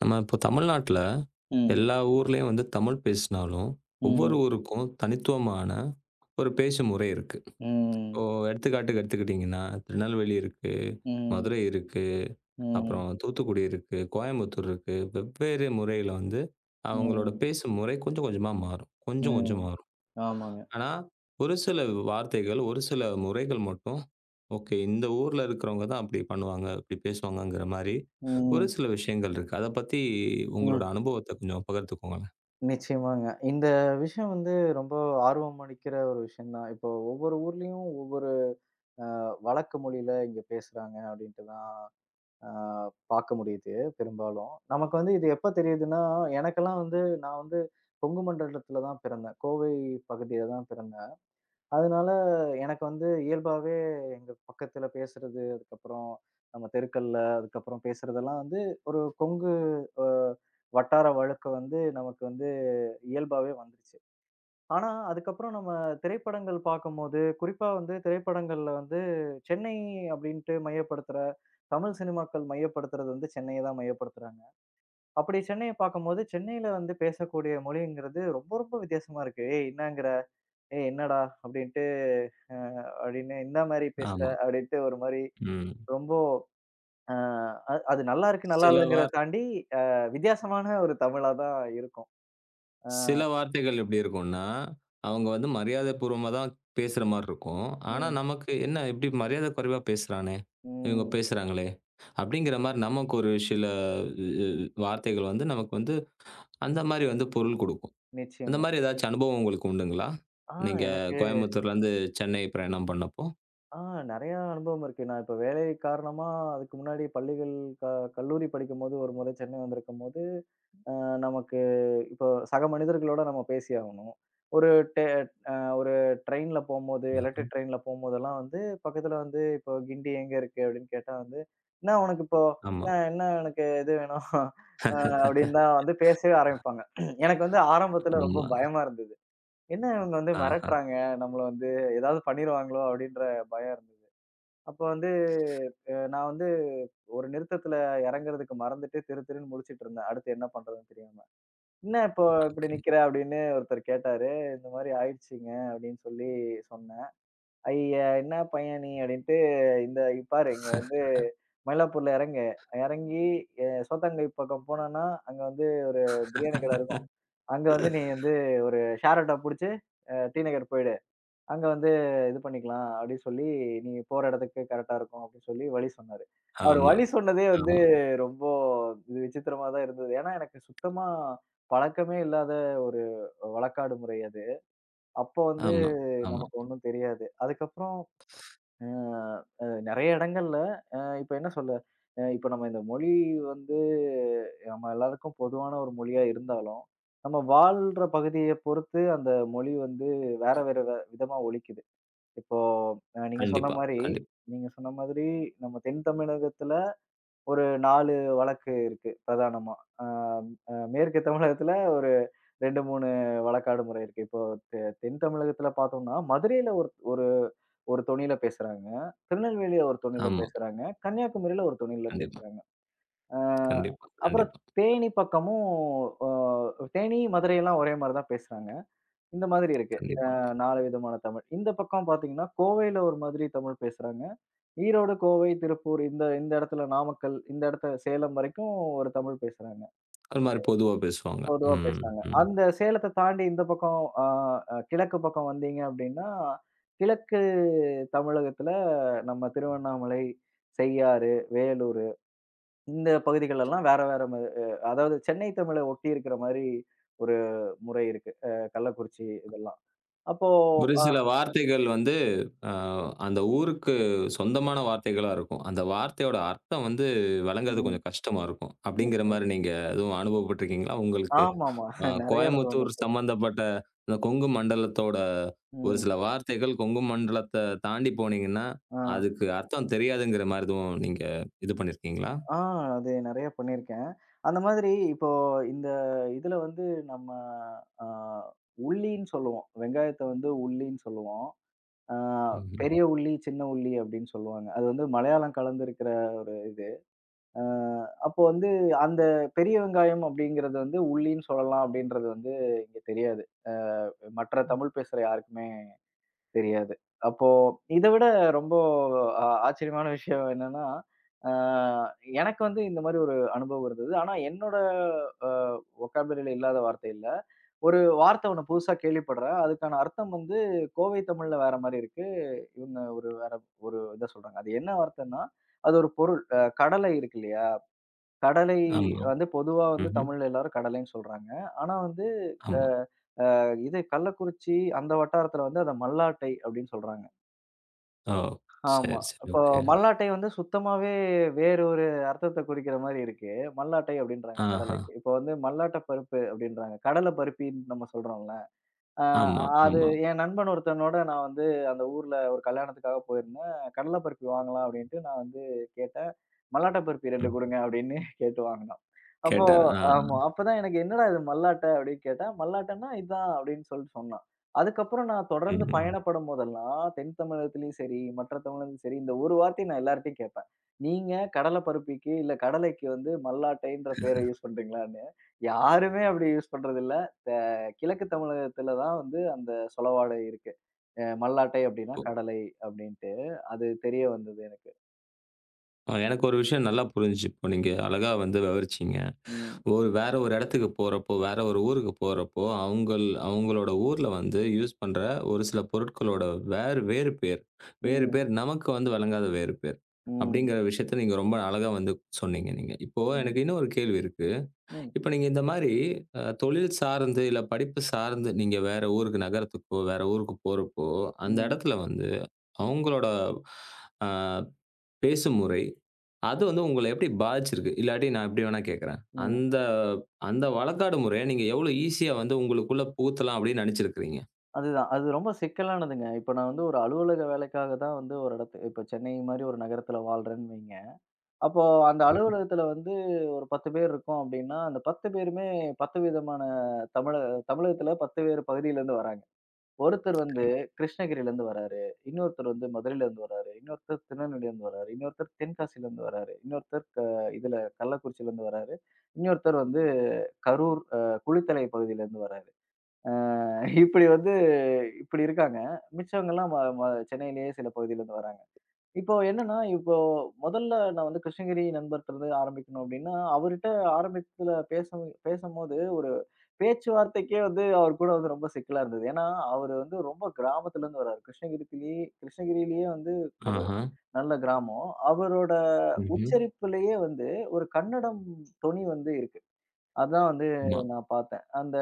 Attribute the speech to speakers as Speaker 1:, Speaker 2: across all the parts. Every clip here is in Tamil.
Speaker 1: நம்ம இப்போ தமிழ்நாட்டுல,
Speaker 2: ம்,
Speaker 1: எல்லா ஊர்லயும் வந்து தமிழ் பேசினாலும், ஒவ்வொரு
Speaker 2: ம்,
Speaker 1: ஊருக்கும் தனித்துவமான ஒரு பேசும் முறை இருக்கு. இப்போ
Speaker 2: ம்,
Speaker 1: எடுத்துக்காட்டுக்கு எடுத்துக்கிட்டீங்கன்னா, திருநெல்வேலி இருக்கு,
Speaker 2: ம்,
Speaker 1: மதுரை இருக்கு, அப்புறம்
Speaker 2: ம்,
Speaker 1: தூத்துக்குடி இருக்கு, கோயம்புத்தூர் இருக்கு. வெவ்வேறு முறையில வந்து அவங்களோட
Speaker 2: ம்,
Speaker 1: பேசும் முறை கொஞ்சம் கொஞ்சமா மாறும். கொஞ்சம்
Speaker 2: ம்.
Speaker 1: கொஞ்சம் மாறும்.
Speaker 2: ஆமாங்க.
Speaker 1: ஆனா, ஒரு சில வார்த்தைகள், ஒரு சில முறைகள் மட்டும், ஓகே இந்த ஊர்ல இருக்கிறவங்க தான் அப்படி பண்ணுவாங்க, இப்படி பேசுவாங்கங்கிற மாரி ஒரு
Speaker 2: ம்,
Speaker 1: சில விஷயங்கள் இருக்கு. அத பத்தி உங்களோட
Speaker 2: ம்.
Speaker 1: அனுபவத்த கொஞ்சம் பகிர்ந்துக்கோங்களேன்.
Speaker 2: நிச்சயமாங்க. இந்த விஷயம் வந்து ரொம்ப ஆர்வம் அளிக்கிற ஒரு விஷயம் தான். இப்போ ஒவ்வொரு ஊர்லயும் ஒவ்வொரு வழக்கு மொழியில இங்க பேசுறாங்க அப்படின்ட்டு தான் அ பார்க்க முடியுது பெரும்பாலும். நமக்கு வந்து இது எப்ப தெரியுதுன்னா, எனக்கெல்லாம் வந்து நான் வந்து கொங்கு மண்டலத்தில தான் பிறந்தேன். கோவை பகுதியில தான் பிறந்தேன். அதனால எனக்கு வந்து இயல்பாவே எங்க பக்கத்துல பேசுறது, அதுக்கப்புறம் நம்ம தெருக்கள்ல, அதுக்கப்புறம் பேசுறதெல்லாம் வந்து ஒரு கொங்கு அ வட்டார வழக்கு வந்து நமக்கு வந்து இயல்பாவே வந்துருச்சு. ஆனா, அதுக்கப்புறம் நம்ம திரைப்படங்கள் பார்க்கும்போது, குறிப்பா வந்து திரைப்படங்கள்ல வந்து சென்னை அப்படின்ட்டு மையப்படுத்துற தமிழ் சினிமாக்கள் மையப்படுத்துறது வந்து சென்னைய தான் மையப்படுத்துறாங்க. அப்படி சென்னைய பார்க்கும்போது, சென்னையில வந்து பேசக்கூடிய மொழிங்கிறது ரொம்ப ரொம்ப வித்தியாசமா இருக்கு. "ஏய் என்னாங்கிற? ஏய் என்னடா?" அப்படின்ட்டு "என்னா மாரி பேசுற?"
Speaker 1: ஆமா.
Speaker 2: அப்படின்ட்டு ஒரு மாரி
Speaker 1: ம்.
Speaker 2: ரொம்ப அ அ அது நல்லாருக்கு, நல்லா
Speaker 1: சில வா
Speaker 2: இல்லங்கிறத தாண்டி, அ வித்தியாசமான ஒரு தமிழா தான் இருக்கும்.
Speaker 1: சில வார்த்தைகள் எப்படி இருக்கும்னா, அவங்க வந்து மரியாதைப்பூர்வமா தான் பேசுற மாரி இருக்கும். ஆனா,
Speaker 2: ம்,
Speaker 1: நமக்கு என்ன இப்படி மரியாதை குறைவா பேசுறானே, இவங்க
Speaker 2: ம்.
Speaker 1: பேசுறாங்களே, அப்படிங்கிற மாரி நமக்கு ஒரு சில வார்த்தைகள் வந்து நமக்கு வந்து அந்த மாரி வந்து பொருள் குடுக்கும். அந்த
Speaker 2: நிச்சயமா.
Speaker 1: மாரி ஏதாச்சும் அனுபவம் உங்களுக்கு உண்டுங்களா?
Speaker 2: ஆ
Speaker 1: நீங்க
Speaker 2: எனக்கு
Speaker 1: கோயம்புத்தூர்லேருந்து சென்னை பிரயாணம் பண்ணப்போ?
Speaker 2: ஆ நெறையா அனுபவம் இருக்கு. நான் இப்ப வேலை காரணமா அதுக்கு முன்னாடி பள்ளிகள் க கல்லூரி படிக்கும்போது ஒரு முறை சென்னை வந்திருக்கும்போது அ நமக்கு இப்போ சக மனிதர்களோட நம்ம பேசி ஆகணும். ஒரு டே அ ஒரு ட்ரெயின்ல போம்போது, எலக்ட்ரிக் ட்ரெயின்ல போம்போதெல்லாம் வந்து பக்கத்துல வந்து இப்போ கிண்டி எங்க இருக்கு அப்படின்னு கேட்டா வந்து, "என்ன உனக்கு இப்போ
Speaker 1: ஆமா,
Speaker 2: என்ன என்ன எனக்கு இது வேணும்?" அ அப்படின்னு தான் வந்து பேசவே ஆரம்பிப்பாங்க. எனக்கு வந்து ஆரம்பத்துல ரொம்ப
Speaker 1: ஆமா.
Speaker 2: பயமா இருந்தது. என்ன இவங்க வந்து
Speaker 1: ஆ,
Speaker 2: மிரட்டுறாங்க, நம்மள வந்து ஏதாவது பண்ணிருவாங்களோ அப்படின்ற பயம் இருந்தது. அப்போ வந்து நான் வந்து ஒரு நிறுத்தத்துல இறங்குறதுக்கு மறந்துட்டு திரு திருன்னு முழிச்சுட்டு இருந்தேன். அடுத்து என்ன பண்றதுன்னு தெரியாம. "என்ன இப்போ இப்படி
Speaker 1: ஓகே.
Speaker 2: நிக்கிற?" அப்படின்னு ஒருத்தர் கேட்டாரு. இந்த மாரி ஆயிடுச்சுங்க அப்படின்னு சொல்லி சொன்னேன். "ஐய! என்ன பையன் நீ?" அப்படின்ட்டு, "இந்த இங்க பாரு இங்க வந்து மயிலாப்பூர்ல எறங்கு. எறங்கி சோத்தங்கை பக்கம் போனன்னா, அங்க வந்து ஒரு பிரியாணி கடை இருக்கும். அங்க வந்து நீ வந்து ஒரு ஷேர் ஆட்டோ புடிச்சு டி நகர் போயிடு." அங்க வந்து இது பண்ணிக்கலாம் அப்படின்னு சொல்லி, நீங்க போற இடத்துக்கு கரெக்ட்டா இருக்கும் அப்படின்னு சொல்லி வழி சொன்னாரு. அவரு
Speaker 1: ஆமா,
Speaker 2: வழி சொன்னதே வந்து
Speaker 1: ஆமா,
Speaker 2: ரொம்ப இது விசித்திரமா தான் இருந்தது. ஏன்னா எனக்கு சுத்தமா பழக்கமே இல்லாத ஒரு வழக்காடு முறை அது. அப்போ வந்து
Speaker 1: ஆமா, ஆமா.
Speaker 2: நமக்கு ஒண்ணும் தெரியாது. அதுக்கப்புறம் அ அ நெறைய இடங்கள்ல இப்ப என்ன சொல்ல, இப்ப நம்ம இந்த மொழி வந்து நம்ம எல்லாருக்கும் பொதுவான ஒரு மொழியா இருந்தாலும், நம்ம வாழ்ற பகுதிய பொறுத்து அந்த மொழி வந்து வேற வேற விதமா ஒலிக்குது. இப்போ அ நீங்க சொன்ன
Speaker 1: கண்டிப்பா,
Speaker 2: மாரி
Speaker 1: கண்டிப்பா.
Speaker 2: நீங்க சொன்ன மாதிரி நம்ம தென் தமிழகத்துல ஒரு 4 வழக்கு இருக்கு பிரதானமா. அ அ மேற்கு தமிழகத்துல ஒரு 2, 3 வழக்காடு முறை இருக்கு. இப்போ தென் தமிழகத்துல பார்த்தோம்னா, மதுரையில ஒரு ஒரு ஒரு தொனியில பேசுறாங்க. திருநெல்வேலியில ஒரு தொனியில
Speaker 1: ஆமா,
Speaker 2: பேசுறாங்க. கன்னியாகுமரியில ஒரு தொனியில
Speaker 1: கண்டிப்பா,
Speaker 2: பேசுறாங்க. அ
Speaker 1: கண்டிப்பா,
Speaker 2: அப்புறம்
Speaker 1: கண்டிப்பா,
Speaker 2: தேனி பக்கமும் அ தேனி, மதுரையெல்லாம் ஒரே மாரி தான் பேசுறாங்க. இந்த மாதிரி இருக்கு.
Speaker 1: கண்டிப்பா.
Speaker 2: நாலு விதமான தமிழ். இந்த பக்கம் பார்த்தீங்கன்னா, கோவையில ஒரு மாதிரி தமிழ் பேசுறாங்க. ஈரோடு, கோவை, திருப்பூர் இந்த இந்த இடத்துல நாமக்கல், இந்த இடத்த சேலம் வரைக்கும் ஒரு தமிழ் பேசுறாங்க.
Speaker 1: அது மாரி பொதுவா பேசுவாங்க.
Speaker 2: பொதுவா
Speaker 1: ம்.
Speaker 2: பேசுறாங்க.
Speaker 1: ம், ம்.
Speaker 2: அந்த சேலத்த தாண்டி இந்த பக்கம் அ அ கிழக்கு பக்கம் வந்தீங்க அப்படின்னா, கிழக்கு தமிழகத்துல நம்ம திருவண்ணாமலை, செய்யாறு, வேலூரு இந்த பகுதிகள் எல்லாம் வேற வேற மா அ அதாவது சென்னை தமிழ ஒட்டி இருக்கிற மாரி ஒரு முறை இருக்கு. கள்ளக்குறிச்சி இதெல்லாம். அப்போ
Speaker 1: ஒரு
Speaker 2: அ
Speaker 1: சில வார்த்தைகள் வந்து அ அந்த ஊருக்கு சொந்தமான வார்த்தைகளா இருக்கும். அந்த வார்த்தையோட அர்த்தம் வந்து விளங்குறது கொஞ்சம் கஷ்டமா இருக்கும். அப்படிங்கிற
Speaker 2: ம்.
Speaker 1: மாரி நீங்க எதுவும் அனுபவப்பட்டுருக்கீங்களா? உங்களுக்கு
Speaker 2: ஆமாமா. நெறைய அனுபவம்
Speaker 1: கோயம்புத்தூர்
Speaker 2: இருக்கு.
Speaker 1: சம்பந்தப்பட்ட இந்த கொங்கு மண்டலத்தோட ஒரு
Speaker 2: ம்.
Speaker 1: சில வார்த்தைகள் கொங்கு மண்டலத்த தாண்டி போனீங்கன்னா,
Speaker 2: ஆ.
Speaker 1: அதுக்கு அர்த்தம் தெரியாதுங்கிற மாரி எதுவும் நீங்க இது பண்ணியிருக்கீங்களா?
Speaker 2: ஆ அது நெறைய பண்ணியிருக்கேன். அந்த மாதிரி இப்போ இந்த இதுல வந்து நம்ம அ உள்ளின்னு சொல்லுவோம். வெங்காயத்த வந்து உள்ளின்னு சொல்லுவோம். ஆ
Speaker 1: ம்ஹ்ம்.
Speaker 2: பெரிய உள்ளி, சின்ன உள்ளி அப்படின்னு சொல்லுவாங்க. அது வந்து மலையாளம் கலந்திருக்கிற ஒரு இது. ஆ அப்போ வந்து அந்த பெரிய வெங்காயம் அப்படிங்கிறது வந்து உள்ளின்னு சொல்லலாம் அப்படின்றது வந்து இங்க தெரியாது. அ மற்ற தமிழ் பேசுற யாருக்குமே தெரியாது. அப்போ இத விட ரொம்ப ஆச்சரியமான விஷயம் என்னன்னா, ஆ எனக்கு வந்து இந்த மாரி ஒரு அனுபவம் இருந்தது. ஆனா என்னோட அ வொக்காபுலரில இல்லாத வார்த்தை இல்ல. ஒரு வார்த்தை ஒண்ணு புதுசா கேள்விப்படுறேன். அதுக்கான அர்த்தம் வந்து கோவை தமிழ்ல வேற மாரி இருக்கு. இவங்க ஒரு வேற ஒரு இத சொல்றாங்க. அது என்ன வார்த்தைன்னா, அது ஒரு பொருள். கடலை இருக்கு இல்லையா? கடலை
Speaker 1: ஆமா.
Speaker 2: வந்து பொதுவா வந்து
Speaker 1: ம்ஹ்ம்.
Speaker 2: தமிழ்ல எல்லாரும் கடலைன்னு சொல்றாங்க. ஆனா வந்து அ
Speaker 1: ஆமா.
Speaker 2: இது கள்ளக்குறிச்சி அந்த வட்டாரத்துல வந்து அத மல்லாட்டை அப்படின்னு சொல்றாங்க.
Speaker 1: ஓ! சரி,
Speaker 2: ஆமா.
Speaker 1: சரி.
Speaker 2: இப்போ
Speaker 1: ஓகே.
Speaker 2: மல்லாட்டை வந்து சுத்தமாவே வேறு ஒரு அர்த்தத்த குறிக்கிற மாரி இருக்கு. மல்லாட்டை அப்படின்றாங்க
Speaker 1: ஆஹா.
Speaker 2: கடலைக்கு. இப்போ வந்து மல்லாட்ட பருப்பு அப்படின்றாங்க. கடல பருப்பின்னு நம்ம சொல்றோம்ல. அ
Speaker 1: ஆமா,
Speaker 2: அது
Speaker 1: ஆமா.
Speaker 2: என் நண்பன் ஒருத்தனோட நான் வந்து அந்த ஊர்ல ஒரு கல்யாணத்துக்காக போயிருந்தேன். கடல பருப்பி வாங்கலாம் அப்படின்ட்டு நான் வந்து கேட்டேன். மல்லாட்ட பருப்பு 2
Speaker 1: ம்.
Speaker 2: குடுங்க அப்படின்னு கேட்டு வாங்குனோம். அப்போ
Speaker 1: கேட்டாரு. ஆ.
Speaker 2: ஆமா. அப்பதான் எனக்கு என்னடா இது மல்லாட்ட அப்படின்னு கேட்டேன். மல்லாட்டன்னா இதான் அப்படின்னு சொல்லிட்டு சொன்னான். அதுக்கப்புறம் நான் தொடர்ந்து
Speaker 1: ம்.
Speaker 2: பயணப்படும் போதெல்லாம், தென் தமிழகத்திலயும் சரி, மற்ற தமிழகத்திலும் சரி, இந்த ஒரு வார்த்தைய நான் எல்லார்ட்டயும் கேட்பேன். நீங்க கடலை பருப்பிக்கு, இல்ல கடலைக்கு வந்து மல்லாட்டைன்ற பேர யூஸ் பண்றீங்களான்னு. யாருமே அப்படி யூஸ் பண்றதில்ல. த கிழக்கு தமிழகத்தில தான் வந்து அந்த சொலவாடை இருக்கு. மல்லாட்டை அப்படின்னா
Speaker 1: ஒ
Speaker 2: கடலை அப்படின்ட்டு. அது தெரிய வந்தது எனக்கு.
Speaker 1: அ எனக்கு ஒரு விஷயம் நல்லா புரிஞ்சுச்சு. இப்போ நீங்க அழகா வந்து விவரிச்சீங்க.
Speaker 2: ம்.
Speaker 1: ஒரு வேற ஒரு இடத்துக்கு போறப்போ, வேற ஒரு ஊருக்கு போறப்போ, அவங்கள் அவங்களோட ஊர்ல வந்து யூஸ் பண்ற ஒரு சில பொருட்களோட வேறு வேறு பேர். வேறு
Speaker 2: ம்.
Speaker 1: பேர் நமக்கு வந்து வழங்காத வேறு பேர்.
Speaker 2: ம்,
Speaker 1: அப்படிங்கிற விஷயத்த நீங்க ரொம்ப அழகா வந்து சொன்னீங்க நீங்க. இப்போ
Speaker 2: ம்,
Speaker 1: எனக்கு இன்னும் ஒரு கேள்வி இருக்கு.
Speaker 2: ம்,
Speaker 1: இப்ப நீங்க இந்த மாரி தொழில் சார்ந்து, இல்ல படிப்பு சார்ந்து நீங்க வேற ஊருக்கு நகரத்துக்கோ, வேற ஊருக்கு போறப்போ, அந்த
Speaker 2: ம்,
Speaker 1: இடத்துல வந்து அவங்களோட அ பேசும் முறை, அது வந்து உங்கள எப்படி பாதிச்சிருக்கு? இல்லாட்டி நான் இப்படி வேணா கேட்கிறேன்.
Speaker 2: ம்.
Speaker 1: அந்த அந்த வழக்காடு முறைய நீங்க எவ்வளோ ஈஸியா வந்து உங்களுக்குள்ள புகுத்தலாம் அப்படின்னு நெனச்சிருக்கிறீங்க?
Speaker 2: அதுதான். அது ரொம்ப சிக்கலானதுங்க. இப்ப நான் வந்து ஒரு அலுவலக வேலைக்காக தான் வந்து ஒரு இடத்து இப்ப சென்னை மாரி ஒரு நகரத்துல வாழ்றேன்னு வைங்க. அப்போ அந்த அலுவலகத்துல வந்து ஒரு 10 பேர் இருக்கோம் அப்டின்னா, அந்த 10 பேருமே 10 விதமான தமிழக தமிழகத்துல 10 வேறு பகுதியிலேருந்து வராங்க. ஒருத்தர் வந்து கிருஷ்ணகிரிலேருந்து வராரு, இன்னொருத்தர் வந்து மதுரையிலேருந்து வராரு, இன்னொருத்தர் திருநெல்வேலிலேருந்து வராரு, இன்னொருத்தர் தென்காசிலேருந்து வராரு, இன்னொருத்தர் இதுல கள்ளக்குறிச்சியிலேருந்து வராரு, இன்னொருத்தர் வந்து கரூர் குளித்தலை பகுதியிலேருந்து வராரு. அ இப்படி வந்து இப்படி இருக்காங்க. மிச்சவங்கலாம் ம ம சென்னையிலேயே சில பகுதியிலருந்து வராங்க. இப்போ என்னன்னா, இப்போ முதல்ல நான் வந்து கிருஷ்ணகிரி நண்பர்ட்டருந்து ஆரம்பிக்கணும் அப்படின்னா, அவர்ட்ட ஆரம்பத்துல பேசும்போது ஒரு பேச்சுவார்த்தைக்கே வந்து அவர் கூட வந்து ரொம்ப சிக்கலா இருந்தது. ஏன்னா, அவரு வந்து ரொம்ப கிராமத்துலருந்து வராரு. கிருஷ்ணகிரியிலேயே வந்து ஒரு
Speaker 1: ஆஹா.
Speaker 2: நல்ல கிராமம். அவரோட
Speaker 1: ம்ஹ்ம்.
Speaker 2: உச்சரிப்பிலேயே வந்து ஒரு கன்னடம் தொனி வந்து இருக்கு. அதான் வந்து
Speaker 1: ஆமா.
Speaker 2: நான் பார்த்தேன். அந்த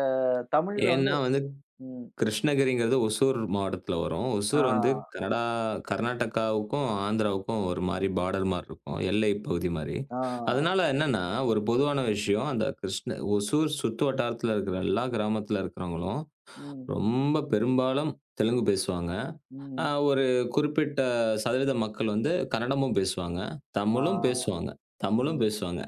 Speaker 2: தமிழ்ல வந்து
Speaker 1: ஏன்னா வந்து
Speaker 2: ம்.
Speaker 1: கிருஷ்ணகிரிங்கிறது ஒசூர் மாவட்டத்துல வரும்.
Speaker 2: ஆ,
Speaker 1: ஒசூர் வந்து கர்நாடகாவுக்கும், ஆந்திராவுக்கும் ஒரு மாரி பார்டர் மாரி இருக்கும். எல்லை பகுதி மாரி.
Speaker 2: ஆ.
Speaker 1: அதனால என்னன்னா, ஒரு பொதுவான விஷயம் அந்த ஒசூர் சுத்துவட்டாரத்துல இருக்கிற எல்லா கிராமத்துல இருக்கிறவங்களும்,
Speaker 2: ம்,
Speaker 1: ரொம்ப பெரும்பாலும் தெலுங்கு பேசுவாங்க. அ
Speaker 2: ம்.
Speaker 1: ஒரு குறிப்பிட்ட சதவீத மக்கள் வந்து கன்னடமும் பேசுவாங்க. தமிழும்
Speaker 2: ஆ,
Speaker 1: பேசுவாங்க தமிழும்
Speaker 2: ம்.
Speaker 1: பேசுவாங்க.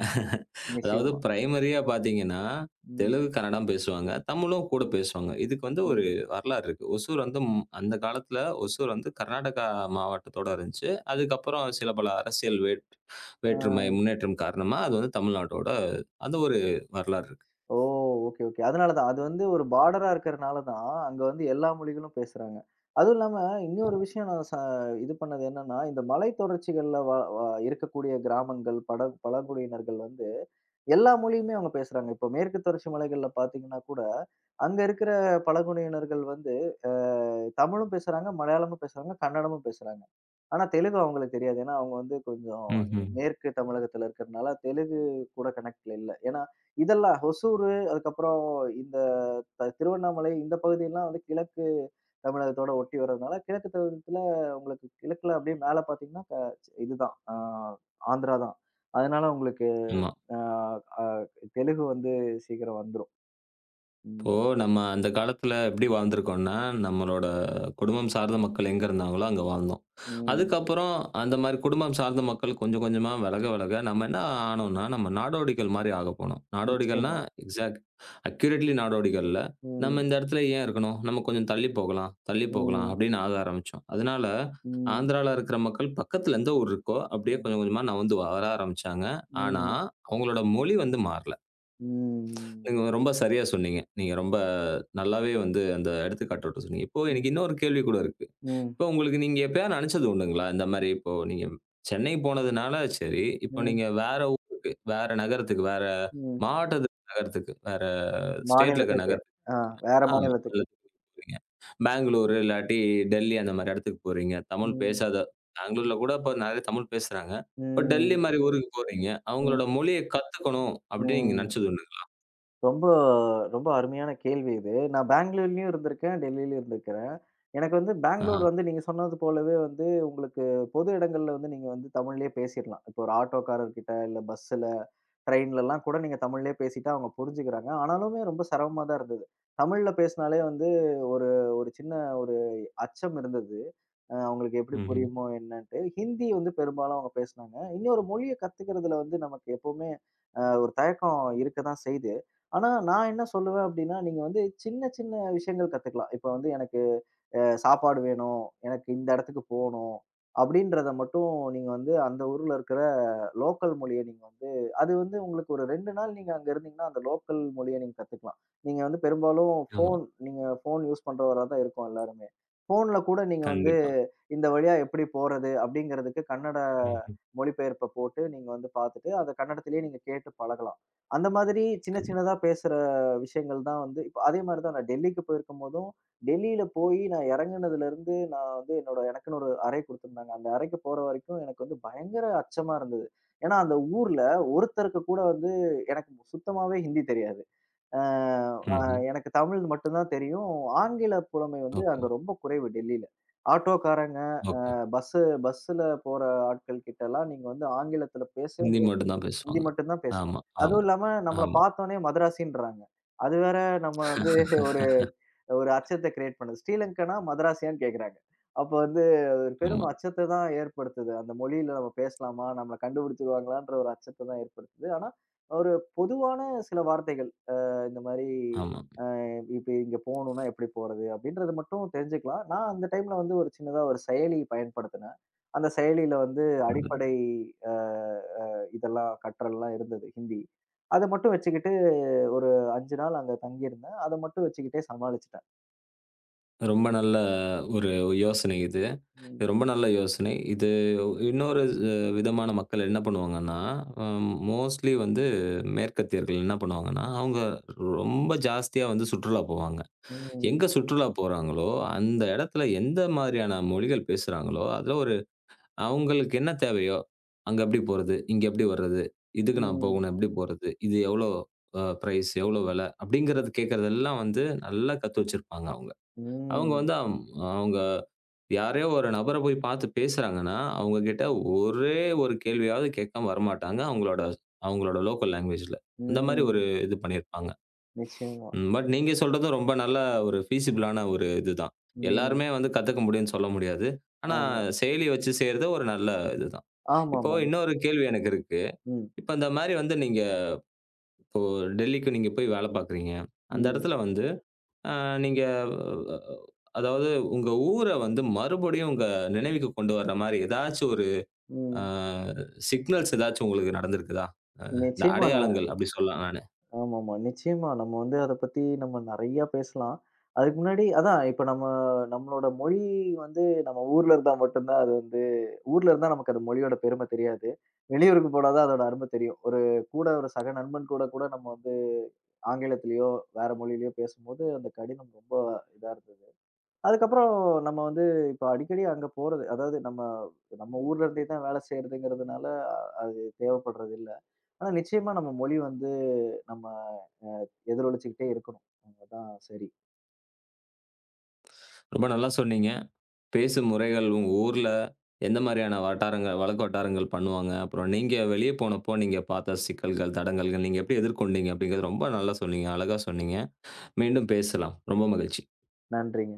Speaker 1: அதாவது
Speaker 2: நிச்சயமா.
Speaker 1: பிரைமரியா பார்த்தீங்கன்னா,
Speaker 2: ம்,
Speaker 1: தெலுங்கு, கன்னடம் பேசுவாங்க. தமிழும் கூட பேசுவாங்க. இதுக்கு வந்து ஒரு
Speaker 2: ம்.
Speaker 1: வரலாறு இருக்கு. ஒசூர் வந்து ம் அந்த காலத்தில ஒசூர் வந்து கர்நாடகா மாவட்டத்தோட இருந்துச்சு. அதுக்கப்புறம் சில பல அரசியல்
Speaker 2: ஆ.
Speaker 1: வேற்றுமை, முன்னேற்றம் காரணமா அது வந்து தமிழ்நாட்டோட அந்த ஒரு வரலாறு இருக்கு.
Speaker 2: ஓ! Okay, okay. அதனால தான். அது வந்து ஒரு பார்டரா இருக்கிறனால தான், அங்க வந்து எல்லா மொழிகளும் பேசுறாங்க. அதுவும் இல்லாம இன்னொரு விஷயம் நான் இது பண்ணது என்னன்னா, இந்த மலைத்தொடர்ச்சிகள்ல வ வ இருக்கக்கூடிய கிராமங்கள், பழங்குடியினர்கள் வந்து எல்லா மொழியுமே அவங்க பேசுறாங்க. இப்போ மேற்கு தொடர்ச்சி மலைகள்ல பார்த்தீங்கன்னா கூட, அங்க இருக்கிற பழங்குடியினர்கள் வந்து அ தமிழும் பேசுறாங்க, மலையாளமும் பேசுறாங்க, கன்னடமும் பேசுறாங்க. ஆனா தெலுங்கு அவங்களுக்கு தெரியாது. ஏன்னா அவங்க வந்து கொஞ்சம்
Speaker 1: ம்ஹ்ம்.
Speaker 2: மேற்கு தமிழகத்துல இருக்கிறனால தெலுங்கு கூட கனெக்ட்ல இல்ல. ஏன்னா இதெல்லாம் ஹொசூரு அதுக்கப்புறம் இந்த திருவண்ணாமலை இந்த பகுதியெல்லாம் வந்து கிழக்கு தமிழகத்தோட ஒட்டி வரதுனால, கிழக்கு தமிழகத்துல உங்களுக்கு கிழக்குல அப்படியே மேல பார்த்தீங்கன்னா இதுதான் ஆந்திரா தான். அதனால உங்களுக்கு
Speaker 1: ஆமா.
Speaker 2: ஆ, ஆ தெலுங்கு வந்து சீக்கிரம் வந்துரும்.
Speaker 1: இப்போ
Speaker 2: ம்.
Speaker 1: நம்ம அந்த காலத்துல எப்படி வாழ்ந்திருக்கோம்னா, நம்மளோட குடும்பம் சார்ந்த மக்கள் எங்க இருந்தாங்களோ அங்க வாழ்ந்தோம்.
Speaker 2: ம்.
Speaker 1: அதுக்கப்புறம் அந்த மாரி குடும்பம் சார்ந்த மக்கள் கொஞ்சம் கொஞ்சமா விலக விலக நம்ம என்ன ஆனோம்னா, நம்ம நாடோடிகள் மாரி ஆகப்போனோம்.
Speaker 2: அது
Speaker 1: நாடோடிகள்னா
Speaker 2: நிச்சயமா.
Speaker 1: எக்ஸாக்ட் அக்யூரேட்லி நாடோடிகள் இல்ல. நம்ம
Speaker 2: ம்.
Speaker 1: இந்த இடத்துல ஏன் இருக்கணும்? நம்ம கொஞ்சம் தள்ளி போகலாம், தள்ளி போகலாம்
Speaker 2: ம்.
Speaker 1: அப்படின்னு ஆக ஆரம்பிச்சோம். அதனால
Speaker 2: ம்.
Speaker 1: ஆந்திரால இருக்கிற மக்கள் பக்கத்துல எந்த ஊர் இருக்கோ, அப்படியே
Speaker 2: ம்.
Speaker 1: கொஞ்சம் கொஞ்சமா நகந்து வர ஆரம்பிச்சாங்க. ஆனா
Speaker 2: ம்.
Speaker 1: அவங்களோட மொழி வந்து மாறல.
Speaker 2: ம்.
Speaker 1: நீங்க ரொம்ப சரியா சொன்னீங்க. நீங்க ரொம்ப நல்லாவே வந்து அந்த எடுத்துக்காட்டோட சொன்னீங்க. இப்போ எனக்கு
Speaker 2: ம்.
Speaker 1: இன்னொரு கேள்வி கூட இருக்கு.
Speaker 2: ம்.
Speaker 1: இப்போ உங்களுக்கு நீங்க எப்பயாவது நெனச்சது உண்டுங்களா? இந்த மாரி இப்போ நீங்க சென்னை போனதுனால சரி, இப்போ
Speaker 2: ம்.
Speaker 1: நீங்க வேற ஊருக்கு, வேற நகரத்துக்கு, வேற
Speaker 2: ம்.
Speaker 1: மாவட்டத்துக்கு நகரத்துக்கு, வேற ஸ்டேட்ல இருக்க
Speaker 2: மாநிலத்துக்கு.
Speaker 1: நகரத்துக்கு
Speaker 2: ஆ, வேற
Speaker 1: ஆ
Speaker 2: மாநிலத்துக்கு.
Speaker 1: மாநிலத்துக்கு போறீங்க. பெங்களூர் இல்லாட்டி டெல்லி அந்த மாரி இடத்துக்கு போறீங்க. தமிழ்
Speaker 2: ம்.
Speaker 1: பேசாத பெங்களூர்ல கூட இப்ப நெறைய தமிழ் பேசுறாங்க. இப்ப
Speaker 2: ம்.
Speaker 1: டெல்லி
Speaker 2: தெலுங்கு.
Speaker 1: மாரி ஊருக்கு போறீங்க.
Speaker 2: ம்.
Speaker 1: அவங்களோட மொழிய கத்துக்கணும் அப்படின்னு நீங்க
Speaker 2: ம்.
Speaker 1: நெனச்சது உண்டுங்களா?
Speaker 2: ரொம்ப ரொம்ப அருமையான கேள்வி இது. நான் பெங்களூர்லயும் இருந்திருக்கேன், டெல்லிலயும் இருந்திருக்கிறேன். எனக்கு வந்து
Speaker 1: ஆஹா.
Speaker 2: பெங்களூர் வந்து நீங்க சொன்னது போலவே வந்து உங்களுக்கு பொது இடங்கள்ல வந்து நீங்க வந்து தமிழ்லயே பேசிறலாம். இப்போ ஒரு ஆட்டோக்காரர்கிட்ட, இல்ல பஸ்ஸுல, ட்ரெயின்லலாம் கூட நீங்க தமிழ்லயே பேசிட்டா அவங்க புரிஞ்சுக்கிறாங்க. ஆனாலுமே ரொம்ப சிரமமா தான் இருந்தது. தமிழ்ல பேசினாலே வந்து ஒரு ஒரு சின்ன ஒரு அச்சம் இருந்தது. அவங்களுக்கு எப்படி
Speaker 1: ம்ஹ்ம்.
Speaker 2: புரியுமோ என்னன்ட்டு. ஹிந்தி வந்து பெரும்பாலும் அவங்க பேசுனாங்க. இன்னொரு மொழிய கத்துக்கிறதுல வந்து நமக்கு எப்பவுமே ஒரு தயக்கம் இருக்க தான் செய்யுது. ஆனா, நான் என்ன சொல்லுவேன் அப்படின்னா, நீங்க வந்து சின்ன சின்ன விஷயங்கள் கத்துக்கலாம். இப்ப வந்து எனக்கு சாப்பாடு வேணும். எனக்கு இந்த இடத்துக்கு போணும். அப்படின்றத மட்டும் நீங்க வந்து அந்த ஊர்ல இருக்கிற லோக்கல் மொழிய நீங்க வந்து அது வந்து உங்களுக்கு ஒரு 2 நாள் நீங்க அங்க இருந்தீங்கன்னா, அந்த லோக்கல் மொழிய நீங்க கத்துக்கலாம். நீங்க வந்து பெரும்பாலும்
Speaker 1: ஆமா.
Speaker 2: ஃபோன் யூஸ் பண்றவரா தான் இருக்கோம் எல்லாருமே. ஃபோன்ல கூட நீங்க வந்து
Speaker 1: கண்டிப்பா.
Speaker 2: இந்த வழியா எப்படி போறது அப்படிங்கிறதுக்கு கன்னட
Speaker 1: ம்ஹ்ம்.
Speaker 2: மொழிபெயர்ப்ப போட்டு நீங்க வந்து பார்த்துட்டு, அத கன்னடத்திலேயே நீங்க கேட்டு பழகலாம். அந்த மாதிரி சின்ன
Speaker 1: கண்டிப்பா.
Speaker 2: சின்னதா பேசுற விஷயங்கள் தான் வந்து இப்ப அதே மாரி தான் நான் டெல்லிக்கு போயிருக்கும்போதும் டெல்லியில போயி நான் இறங்குனதுல இருந்து, நான் வந்து என்னோட எனக்குன்னு ஒரு அறை குடுத்திருந்தாங்க. அந்த அறைக்கு போற வரைக்கும் எனக்கு வந்து பயங்கர அச்சமா இருந்தது. ஏன்னா, அந்த ஊர்ல ஒருத்தருக்கு கூட வந்து எனக்கு சுத்தமாவே ஹிந்தி தெரியாது. அ அ
Speaker 1: ம்ஹ்ம்.
Speaker 2: எனக்கு தமிழ் மட்டும் தான் தெரியும். ஆங்கில புலமை வந்து
Speaker 1: ஓகே,
Speaker 2: அங்க ரொம்ப குறைவு டெல்லியில. ஆட்டோக்காரங்க,
Speaker 1: ஓகே.
Speaker 2: பஸ்ஸு பஸ்ஸுல போற ஆட்கள் கிட்டலாம் நீங்க வந்து ஆங்கிலத்துல பேசவே
Speaker 1: ஹிந்தி
Speaker 2: முடியாது.
Speaker 1: மட்டும் தான்
Speaker 2: ஹிந்தி
Speaker 1: பேசுவாங்க.
Speaker 2: மட்டும் தான் பேசணும்.
Speaker 1: ஆமா, ஆமா,
Speaker 2: அதுவும் இல்லாம நம்மள
Speaker 1: ஆமா,
Speaker 2: பார்த்தோனே மதராசின்றாங்க. அது வேற நம்ம வந்து ஒரு அச்சத்த கிரியேட் பண்ணுது. ஸ்ரீலங்கனா, மதராஸியான்னு கேட்குறாங்க. அப்ப வந்து ஒரு பெரும்
Speaker 1: ஆமா,
Speaker 2: அச்சத்த தான் ஏற்படுத்துது. அந்த மொழியில நம்ம பேசலாமா? நம்மள கண்டுபிடிச்சுருவாங்களான்ற ஒரு அச்சத்த தான் ஏற்படுத்துது. ஆனா, ஒரு பொதுவான சில வார்த்தைகள். இந்த மாரி
Speaker 1: ஆமா.
Speaker 2: இப்ப இங்க போணும்னா எப்படி போறது? அப்படின்றது மட்டும் தெரிஞ்சுக்கலாம். நான் அந்த டைம்ல வந்து ஒரு சின்னதா ஒரு செயலி பயன்படுத்தினேன். அந்த செயலியில வந்து
Speaker 1: ம்.
Speaker 2: அடிப்படை அ அ இதெல்லாம் கற்றல்லாம் இருந்தது ஹிந்தி. அத மட்டும் வச்சுக்கிட்டு ஒரு 5 நாள் அங்க தங்கியிருந்தேன். அத மட்டும் வச்சுக்கிட்டே சமாளிச்சுட்டேன்.
Speaker 1: ரொம்ப நல்ல ஒரு யோசனை இது. இது
Speaker 2: ம்.
Speaker 1: ரொம்ப நல்ல யோசனை. இது இன்னொரு அ விதமான மக்கள் என்ன பண்ணுவாங்கன்னா, அ மோஸ்ட்லி வந்து மேற்கத்தியர்கள் என்ன பண்ணுவாங்கன்னா, அவங்க ரொம்ப ஜாஸ்தியா வந்து சுற்றுலா போவாங்க.
Speaker 2: ம்.
Speaker 1: எங்க சுற்றுலா போறாங்களோ, அந்த இடத்துல எந்த மாரியான மொழிகள் பேசுறாங்களோ, அதுல ஒரு அவங்களுக்கு என்ன தேவையோ, அங்க எப்படி போறது? இங்க எப்படி வர்றது? இதுக்கு நான்
Speaker 2: ம்.
Speaker 1: போகணும். எப்படி போறது? இது எவ்வளோ பிரைஸ்? எவ்வளோ விலை? அப்படிங்கிறது கேட்கிறதெல்லாம் வந்து நல்லா கத்து வச்சிருப்பாங்க அவங்க. அவங்க
Speaker 2: ம்.
Speaker 1: வந்து அவங்க யாரையோ ஒரு நபர போய் பார்த்து பேசுறாங்கன்னா, அவங்க கிட்ட ஒரே ஒரு கேள்வியாவது கேட்காம வரமாட்டாங்க. அவங்களோட அவங்களோட லோக்கல் லாங்குவேஜ்ல. அந்த மாரி ஒரு
Speaker 2: ம்.
Speaker 1: இது பண்ணியிருப்பாங்க.
Speaker 2: நிச்சயமா.
Speaker 1: ம். பட் நீங்க சொல்றதும் ரொம்ப நல்ல ஒரு ஃபீசிபிளான ஒரு இதுதான்.
Speaker 2: ம்.
Speaker 1: எல்லாருமே வந்து கத்துக்க முடியும்ன்னு சொல்ல முடியாது. ஆனா
Speaker 2: ஆமா.
Speaker 1: செயலி வச்சு செய்றது ஒரு நல்ல இதுதான். இப்போ
Speaker 2: ஆமாமா.
Speaker 1: இன்னொரு
Speaker 2: நிச்சயமா.
Speaker 1: கேள்வி எனக்கு இருக்கு.
Speaker 2: ம்.
Speaker 1: இப்ப இந்த மாரி வந்து நீங்க இப்போ டெல்லிக்கு நீங்க போய் வேலை பார்க்குறீங்க. அந்த
Speaker 2: ம்.
Speaker 1: இடத்துல வந்து அ நீங்க அ அதாவது உங்க ஊர வந்து மறுபடியும் உங்க நினைவுக்கு கொண்டு வர்ற மாரி ஏதாச்சும் ஒரு அ
Speaker 2: ம்.
Speaker 1: சிக்னல்ஸ் ஏதாச்சும் உங்களுக்கு நடந்திருக்குதா? அ இந்த
Speaker 2: நிச்சயமாங்க.
Speaker 1: அடையாளங்கள் அப்படி சொல்லலாம் நானு.
Speaker 2: ஆமாமா. நிச்சயமா. நம்ம வந்து அத பத்தி நம்ம நெறைய பேசலாம். அதுக்கு முன்னாடி அதான் இப்ப நம்ம நம்மளோட மொழி வந்து நம்ம ஊர்ல இருந்தா மட்டும் தான் அது வந்து ஊர்ல இருந்தா நமக்கு அது மொழியோட பெருமை தெரியாது. வெளியூருக்கு போனா தான் அதோட அருமை தெரியும். ஒரு சக நண்பன் கூட கூட நம்ம வந்து ஆங்கிலத்திலயோ, வேற மொழியிலயோ பேசும்போது அந்த கடினம் ரொம்ப இதா இருந்தது. அதுக்கப்புறம் நம்ம வந்து இப்ப அடிக்கடி அங்க போறது. அதாவது நம்ம நம்ம ஊர்ல இருந்தே தான் வேலை செய்றதுங்கிறதுனால, அது தேவைப்படுறது இல்ல. ஆனா நிச்சயமா நம்ம மொழி வந்து நம்ம எதிரொலிச்சுக்கிட்டே இருக்கணும். அதுதான் சரி.
Speaker 1: ரொம்ப நல்லா சொன்னீங்க. பேசும் முறைகள் உங்க ஊர்ல எந்த மாதிரியான வட்டாரங்கள் வழக்க வட்டாரங்கள் பண்ணுவாங்க? அப்புறம் நீங்க வெளிய போனப்போ நீங்க பார்த்த சிக்கல்கள், தடங்கல்கள் நீங்க எப்படி எதிர்கொண்டீங்க? அப்படிங்கிறது ரொம்ப நல்லா சொன்னீங்க. அழகா சொன்னீங்க. மீண்டும் பேசலாம். ரொம்ப மகிழ்ச்சி.
Speaker 2: நன்றிங்க.